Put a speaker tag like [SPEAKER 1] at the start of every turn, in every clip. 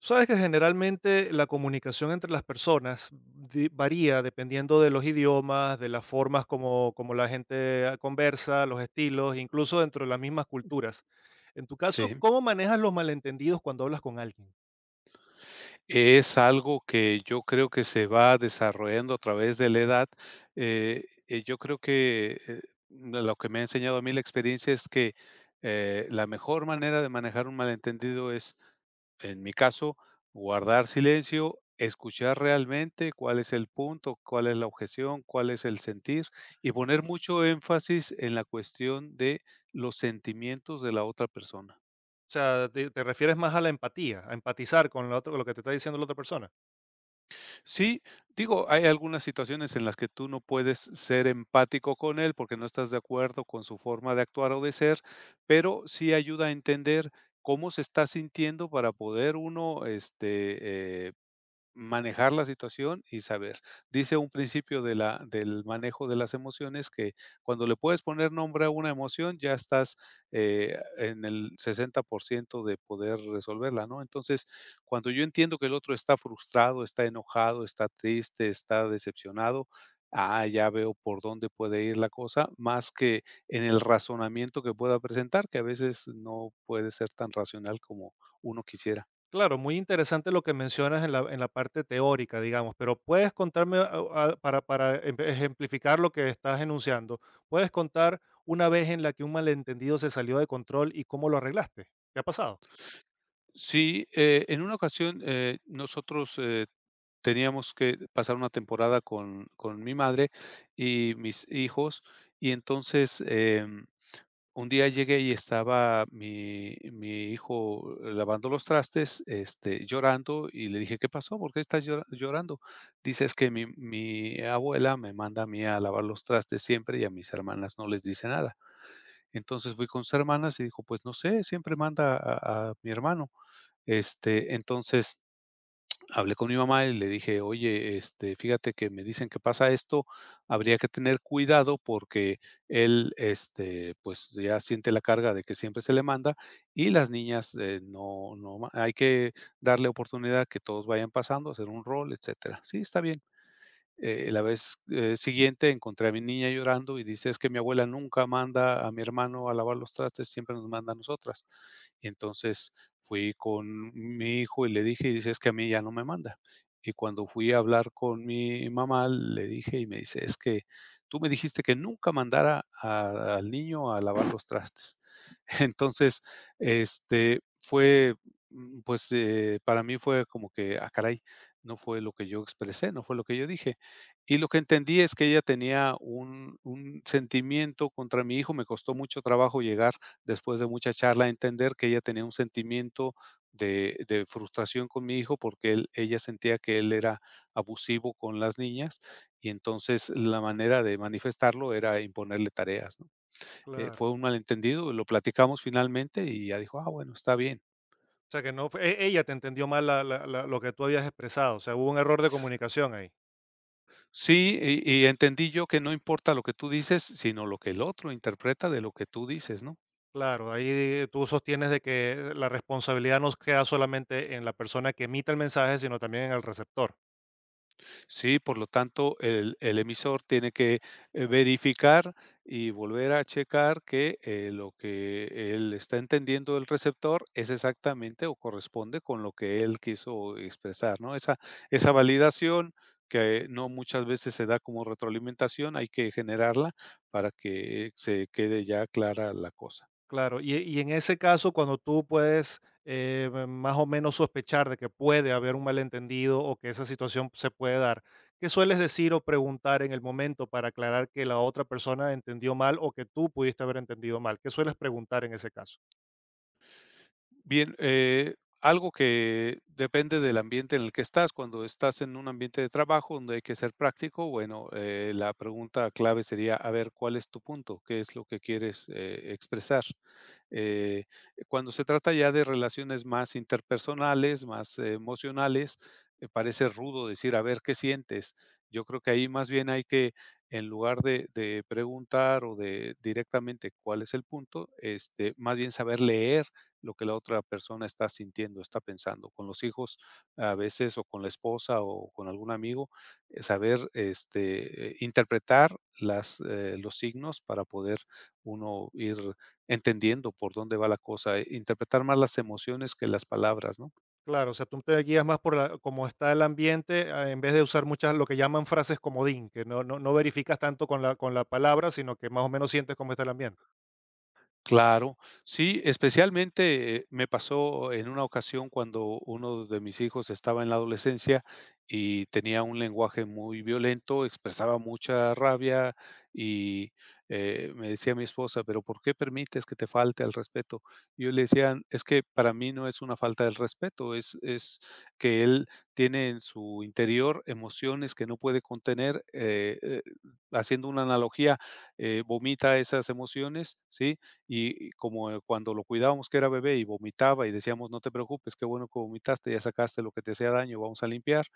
[SPEAKER 1] Sabes que generalmente la comunicación entre las personas varía dependiendo de los idiomas, de las formas como la gente conversa, los estilos, incluso dentro de las mismas culturas. En tu caso,
[SPEAKER 2] Sí,
[SPEAKER 1] ¿cómo manejas los malentendidos cuando hablas con alguien?
[SPEAKER 2] es algo que yo creo que se va desarrollando a través de la edad. Yo creo que lo que me ha enseñado a mí la experiencia es que la mejor manera de manejar un malentendido es, en mi caso, guardar silencio, escuchar realmente cuál es el punto, cuál es la objeción, cuál es el sentir y poner mucho énfasis en la cuestión de los sentimientos de la otra persona.
[SPEAKER 1] O sea, ¿te refieres más a la empatía, a empatizar con lo que te está diciendo la otra persona?
[SPEAKER 2] Sí, digo, hay algunas situaciones en las que tú no puedes ser empático con él porque no estás de acuerdo con su forma de actuar o de ser, pero sí ayuda a entender cómo se está sintiendo para poder uno manejar la situación y saber. Dice un principio de la del manejo de las emociones que cuando le puedes poner nombre a una emoción, ya estás, en el 60% de poder resolverla, ¿no? Entonces, cuando yo entiendo que el otro está frustrado, está enojado, está triste, está decepcionado, ah, ya veo por dónde puede ir la cosa, más que en el razonamiento que pueda presentar, que a veces no puede ser tan racional como uno quisiera.
[SPEAKER 1] Claro, muy interesante lo que mencionas en la parte teórica, digamos, pero puedes contarme, ejemplificar lo que estás enunciando, puedes contar una vez en la que un malentendido se salió de control y cómo lo arreglaste. ¿Qué ha pasado?
[SPEAKER 2] Sí, en una ocasión, nosotros, teníamos que pasar una temporada con mi madre y mis hijos, y entonces, un día llegué y estaba mi hijo lavando los trastes, llorando, y le dije: "¿Qué pasó? ¿Por qué estás llorando?". Dice: "Es que mi abuela me manda a mí a lavar los trastes siempre, y a mis hermanas no les dice nada". Entonces, fui con sus hermanas y dijo: "Pues no sé, siempre manda a mi hermano". Entonces, hablé con mi mamá y le dije: "Oye, fíjate que me dicen que pasa esto, habría que tener cuidado porque él, pues, ya siente la carga de que siempre se le manda, y las niñas, no no ma hay que darle oportunidad que todos vayan pasando, hacer un rol, etcétera". "Sí, está bien". La vez, siguiente encontré a mi niña llorando y dice: "Es que mi abuela nunca manda a mi hermano a lavar los trastes, siempre nos manda a nosotras". Y entonces fui con mi hijo y le dije, y dice: "Es que a mí ya no me manda". Y cuando fui a hablar con mi mamá, le dije y me dice: "Es que tú me dijiste que nunca mandara a al niño a lavar los trastes". Entonces, fue, pues, para mí fue como que, ah, caray, no fue lo que yo expresé, no fue lo que yo dije. Y lo que entendí es que ella tenía un sentimiento contra mi hijo. Me costó mucho trabajo llegar, después de mucha charla, a entender que ella tenía un sentimiento de frustración con mi hijo, porque él ella sentía que él era abusivo con las niñas, y entonces la manera de manifestarlo era imponerle tareas, ¿no?
[SPEAKER 1] Claro.
[SPEAKER 2] Fue un malentendido, lo platicamos finalmente y ella dijo: "Ah, bueno, está bien".
[SPEAKER 1] O sea, que no fue- e- ella te entendió mal lo que tú habías expresado, o sea, hubo un error de comunicación ahí.
[SPEAKER 2] Sí, y entendí yo que no importa lo que tú dices, sino lo que el otro interpreta de lo que tú dices, ¿no?
[SPEAKER 1] Claro, ahí tú sostienes de que la responsabilidad no queda solamente en la persona que emite el mensaje, sino también en el receptor.
[SPEAKER 2] Sí, por lo tanto, el emisor tiene que, verificar y volver a checar que, lo que él está entendiendo del receptor es exactamente o corresponde con lo que él quiso expresar, ¿no? Esa validación que no muchas veces se da como retroalimentación, hay que generarla para que se quede ya clara la cosa.
[SPEAKER 1] Claro, y en ese caso, cuando tú puedes más o menos sospechar de que puede haber un malentendido o que esa situación se puede dar, ¿qué sueles decir o preguntar en el momento para aclarar que la otra persona entendió mal o que tú pudiste haber entendido mal? ¿Qué sueles preguntar en ese caso?
[SPEAKER 2] Bien, algo que depende del ambiente en el que estás. Cuando estás en un ambiente de trabajo donde hay que ser práctico, bueno, la pregunta clave sería, a ver, ¿cuál es tu punto? ¿Qué es lo que quieres expresar? Eh, Cuando se trata ya de relaciones más interpersonales, más emocionales, parece rudo decir, a ver, ¿qué sientes? Yo creo que ahí más bien hay que, en lugar de preguntar o de directamente cuál es el punto, más bien saber leer lo que la otra persona está sintiendo, está pensando. Con los hijos, a veces, o con la esposa o con algún amigo, saber interpretar los signos para poder uno ir entendiendo por dónde va la cosa, interpretar más las emociones que las palabras, ¿no?
[SPEAKER 1] Claro, o sea, tú te guías más por cómo está el ambiente en vez de usar muchas lo que llaman frases comodín, que no verificas tanto con la palabra, sino que más o menos sientes cómo está el ambiente.
[SPEAKER 2] Claro, sí, especialmente me pasó en una ocasión cuando uno de mis hijos estaba en la adolescencia y tenía un lenguaje muy violento, expresaba mucha rabia y me decía mi esposa, pero ¿por qué permites que te falte al respeto? Y yo le decía, es que para mí no es una falta del respeto, es que él tiene en su interior emociones que no puede contener, haciendo una analogía, vomita esas emociones, ¿sí? Y como cuando lo cuidábamos, que era bebé y vomitaba y decíamos: "No te preocupes, qué bueno que vomitaste, ya sacaste lo que te hacía daño, vamos a limpiar".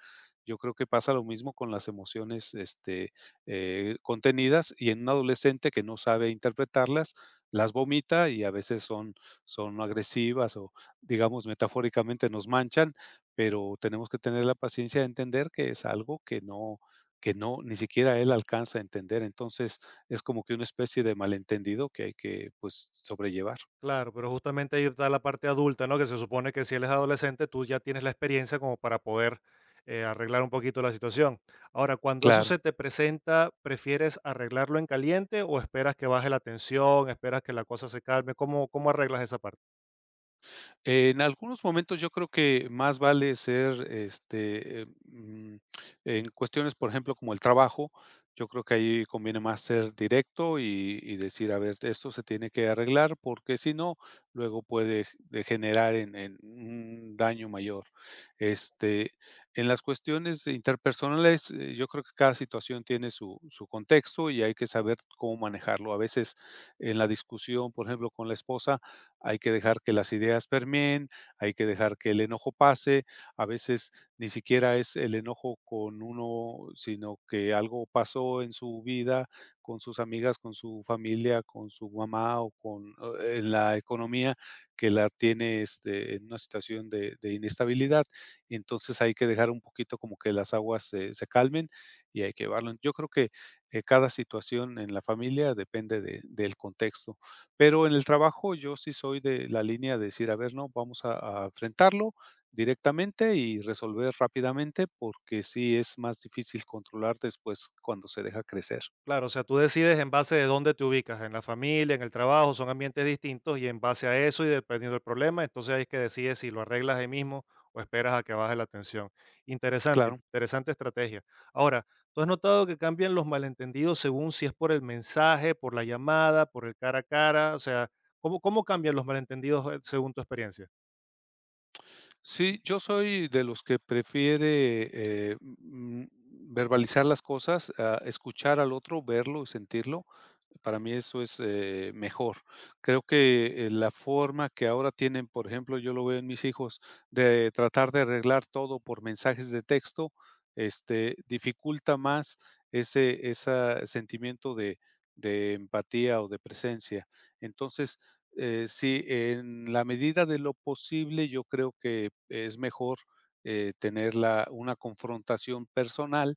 [SPEAKER 2] Yo creo que pasa lo mismo con las emociones, contenidas y en un adolescente que no sabe interpretarlas, las vomita y a veces son agresivas o, digamos, metafóricamente nos manchan, pero tenemos que tener la paciencia de entender que es algo que no, ni siquiera él alcanza a entender. Entonces, es como que una especie de malentendido que hay que, pues, sobrellevar.
[SPEAKER 1] Claro, pero justamente ahí está la parte adulta, ¿no? Que se supone que si él es adolescente, tú ya tienes la experiencia como para poder arreglar un poquito la situación. Ahora, cuando eso
[SPEAKER 2] Claro.
[SPEAKER 1] se te presenta, ¿prefieres arreglarlo en caliente o esperas que baje la tensión, esperas que la cosa se calme? ¿Cómo arreglas esa parte?
[SPEAKER 2] En algunos momentos yo creo que más vale ser, en cuestiones, por ejemplo, como el trabajo, yo creo que ahí conviene más ser directo y decir, a ver, esto se tiene que arreglar porque si no, luego puede g- de generar en, un daño mayor. Este, en las cuestiones interpersonales, yo creo que cada situación tiene su contexto y hay que saber cómo manejarlo. A veces en la discusión, por ejemplo, con la esposa, hay que dejar que las ideas permeen, hay que dejar que el enojo pase. A veces ni siquiera es el enojo con uno, sino que algo pasó en su vida, con sus amigas, con su familia, con su mamá o con en la economía que la tiene en una situación de inestabilidad. Entonces hay que dejar un poquito como que las aguas se calmen y hay que llevarlo. Yo creo que cada situación en la familia depende del contexto. Pero en el trabajo yo sí soy de la línea de decir, a ver, no, vamos a enfrentarlo directamente y resolver rápidamente porque sí es más difícil controlar después cuando se deja crecer.
[SPEAKER 1] Claro, o sea, tú decides en base de dónde te ubicas, en la familia, en el trabajo, son ambientes distintos y en base a eso y dependiendo del problema, entonces ahí es que decides si lo arreglas ahí mismo o esperas a que baje la tensión. Interesante,
[SPEAKER 2] Claro.
[SPEAKER 1] interesante estrategia. Ahora, ¿tú has notado que cambian los malentendidos según si es por el mensaje, por la llamada, por el cara a cara? O sea, ¿cómo cambian los malentendidos según tu experiencia?
[SPEAKER 2] Sí, yo soy de los que prefiere, eh, mm, verbalizar las cosas, ah, escuchar al otro, verlo y sentirlo. Para mí eso es, mejor. Creo que, la forma que ahora tienen, por ejemplo, yo lo veo en mis hijos, de tratar de arreglar todo por mensajes de texto, dificulta más ese esa sentimiento de empatía o de presencia. Entonces, sí, en la medida de lo posible, yo creo que es mejor, tener la una confrontación personal,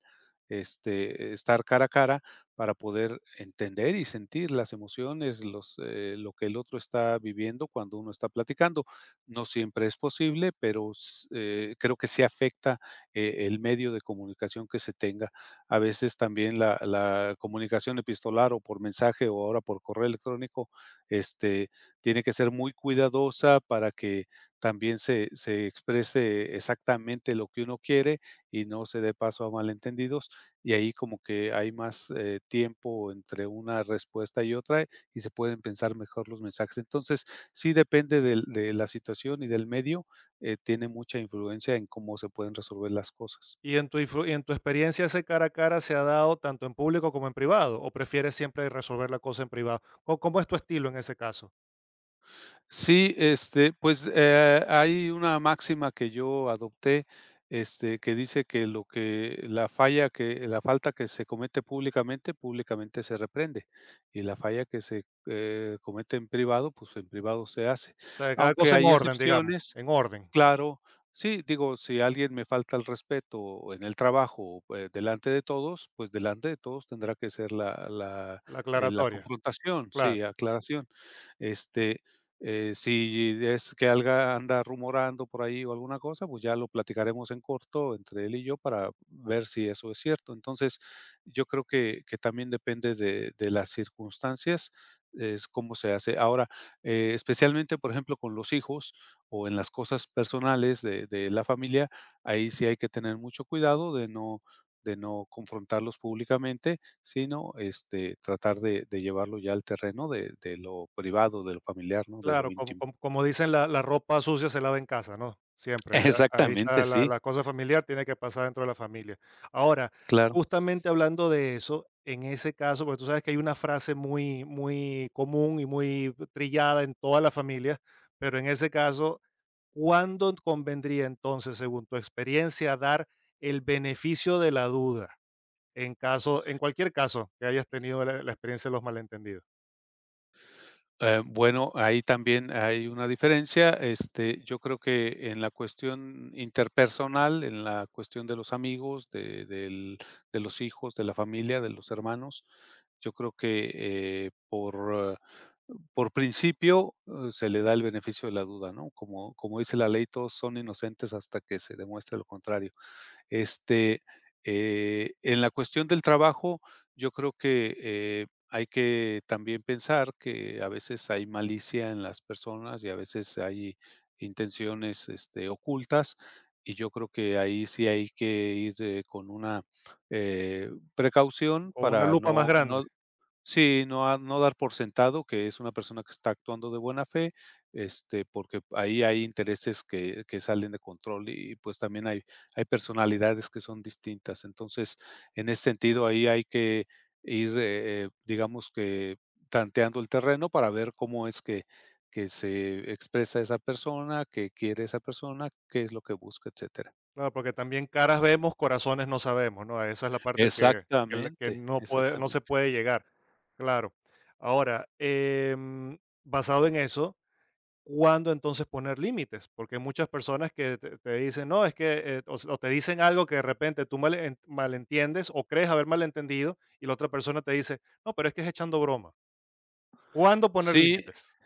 [SPEAKER 2] estar cara a cara para poder entender y sentir las emociones, lo que el otro está viviendo cuando uno está platicando. No siempre es posible, pero s creo que sí afecta, el medio de comunicación que se tenga. A veces también la comunicación epistolar o por mensaje o ahora por correo electrónico, este, tiene que ser muy cuidadosa para que también se exprese exactamente lo que uno quiere y no se dé paso a malentendidos. Y ahí como que hay más tiempo entre una respuesta y otra y se pueden pensar mejor los mensajes. Entonces, sí depende de la situación y del medio, tiene mucha influencia en cómo se pueden resolver las cosas.
[SPEAKER 1] ¿Y en tu experiencia ese cara a cara se ha dado tanto en público como en privado? ¿O prefieres siempre resolver la cosa en privado? ¿Cómo es tu estilo en ese caso?
[SPEAKER 2] Sí, pues, hay una máxima que yo adopté, que dice que lo que la falla que la falta que se comete públicamente, públicamente se reprende, y la falla que se, comete en privado, pues, en privado se hace.
[SPEAKER 1] O sea, cada
[SPEAKER 2] Aunque
[SPEAKER 1] cosa en
[SPEAKER 2] hay
[SPEAKER 1] orden, digamos,
[SPEAKER 2] excepciones.
[SPEAKER 1] en orden,
[SPEAKER 2] Claro, sí, digo, si alguien me falta el respeto en el trabajo, delante de todos, pues delante de todos tendrá que ser la la,
[SPEAKER 1] la
[SPEAKER 2] eh, la
[SPEAKER 1] aclaratoria.
[SPEAKER 2] confrontación, sí,
[SPEAKER 1] Claro,
[SPEAKER 2] aclaración. Este, si es que alga anda rumorando por ahí o alguna cosa, pues ya lo platicaremos en corto entre él y yo para ver si eso es cierto. Entonces, yo creo que también depende de las circunstancias, es cómo se hace. Ahora, especialmente, por ejemplo, con los hijos o en las cosas personales de la familia, ahí sí hay que tener mucho cuidado de no confrontarlos públicamente, sino, tratar de llevarlo ya al terreno de lo privado, de lo familiar, ¿no? De lo
[SPEAKER 1] claro, como
[SPEAKER 2] íntimo.
[SPEAKER 1] como como dicen, la ropa sucia se lava en casa, ¿no? Siempre, ahí
[SPEAKER 2] Exactamente,
[SPEAKER 1] está la
[SPEAKER 2] sí,
[SPEAKER 1] la cosa familiar, tiene que pasar dentro de la familia. Ahora,
[SPEAKER 2] claro.
[SPEAKER 1] justamente hablando de eso, en ese caso, porque tú sabes que hay una frase muy común y muy trillada en todas las familias, pero en ese caso, ¿cuándo convendría entonces, según tu experiencia, dar el beneficio de la duda? En caso en cualquier caso que hayas tenido la experiencia de los malentendidos,
[SPEAKER 2] Bueno, ahí también hay una diferencia. Yo creo que en la cuestión interpersonal, en la cuestión de los amigos, de los hijos, de la familia, de los hermanos, yo creo que por principio se le da el beneficio de la duda, ¿no? Como, como dice la ley, todos son inocentes hasta que se demuestre lo contrario. Este, en la cuestión del trabajo, yo creo que hay que también pensar que a veces hay malicia en las personas y a veces hay intenciones ocultas. Y yo creo que ahí sí hay que ir con una eh, precaución
[SPEAKER 1] o una
[SPEAKER 2] para
[SPEAKER 1] lupa más
[SPEAKER 2] no,
[SPEAKER 1] grande.
[SPEAKER 2] no Sí, no, a no dar por sentado que es una persona que está actuando de buena fe, porque ahí hay intereses que salen de control y, pues, también hay personalidades que son distintas. Entonces, en ese sentido, ahí hay que ir, digamos que tanteando el terreno para ver cómo es que se expresa esa persona, qué quiere esa persona, qué es lo que busca, etcétera.
[SPEAKER 1] Claro, porque también caras vemos, corazones no sabemos, ¿no? Esa es la parte que que la que
[SPEAKER 2] Exactamente,
[SPEAKER 1] no puede no se
[SPEAKER 2] exactamente.
[SPEAKER 1] puede llegar. Claro. Ahora, basado en eso, ¿cuándo entonces poner límites? Porque hay muchas personas que te dicen: "No, es que", o te dicen algo que de repente tú malentiendes o crees haber malentendido, y la otra persona te dice: "No, pero es que es echando broma". ¿Cuándo poner
[SPEAKER 2] Sí,
[SPEAKER 1] límites?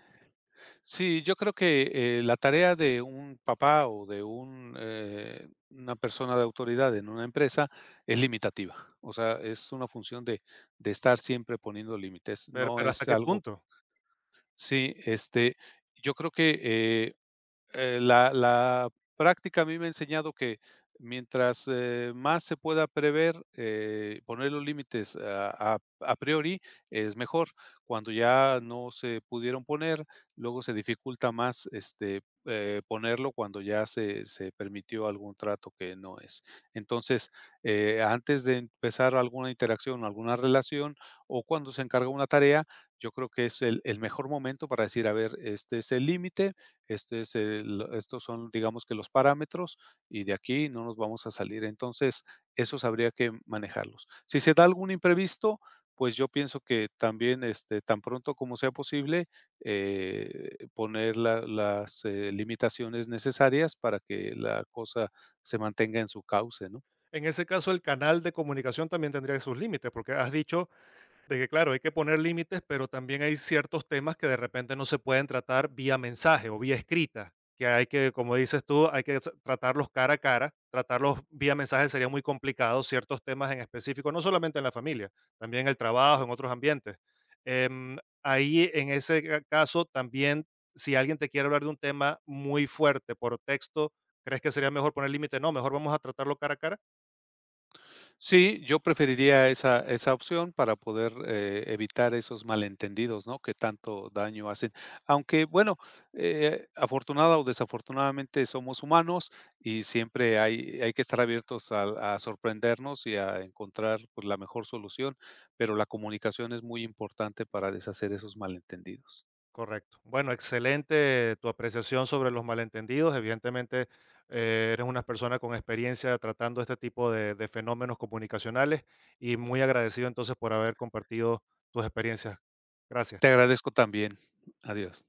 [SPEAKER 2] sí, yo creo que, la tarea de un papá o de una persona de autoridad en una empresa es limitativa. O sea, es una función de estar siempre poniendo límites.
[SPEAKER 1] Pero
[SPEAKER 2] No
[SPEAKER 1] pero, ¿hasta
[SPEAKER 2] es
[SPEAKER 1] qué
[SPEAKER 2] algo.
[SPEAKER 1] punto?
[SPEAKER 2] Sí, yo creo que, la práctica a mí me ha enseñado que mientras, más se pueda prever, poner los límites a priori es mejor. Cuando ya no se pudieron poner, luego se dificulta más, ponerlo cuando ya se permitió algún trato que no es. Entonces, antes de empezar alguna interacción o alguna relación, o cuando se encarga una tarea, yo creo que es el mejor momento para decir: "A ver, este es el límite, este es el estos son, digamos que los parámetros, y de aquí no nos vamos a salir. Entonces, esos habría que manejarlos. Si se da algún imprevisto, pues yo pienso que también, tan pronto como sea posible, poner limitaciones necesarias para que la cosa se mantenga en su cauce, ¿no?
[SPEAKER 1] En ese caso, el canal de comunicación también tendría sus límites, porque has dicho de que, claro, hay que poner límites, pero también hay ciertos temas que de repente no se pueden tratar vía mensaje o vía escrita, que hay que, como dices tú, tratarlos cara a cara, tratarlos vía mensaje sería muy complicado, ciertos temas en específico, no solamente en la familia, también en el trabajo, en otros ambientes. Ahí, en ese caso, también, si alguien te quiere hablar de un tema muy fuerte por texto, ¿crees que sería mejor poner límite? No, mejor vamos a tratarlo cara a cara.
[SPEAKER 2] Sí, yo preferiría esa opción para poder, evitar esos malentendidos, ¿no?, que tanto daño hacen. Aunque, bueno, afortunada o desafortunadamente somos humanos y siempre hay que estar abiertos a sorprendernos y a encontrar, pues, la mejor solución, pero la comunicación es muy importante para deshacer esos malentendidos.
[SPEAKER 1] Correcto. Bueno, excelente tu apreciación sobre los malentendidos. Evidentemente, eres una persona con experiencia tratando este tipo de fenómenos comunicacionales y muy agradecido entonces por haber compartido tus experiencias.
[SPEAKER 2] Te
[SPEAKER 1] Gracias.
[SPEAKER 2] agradezco también. Adiós.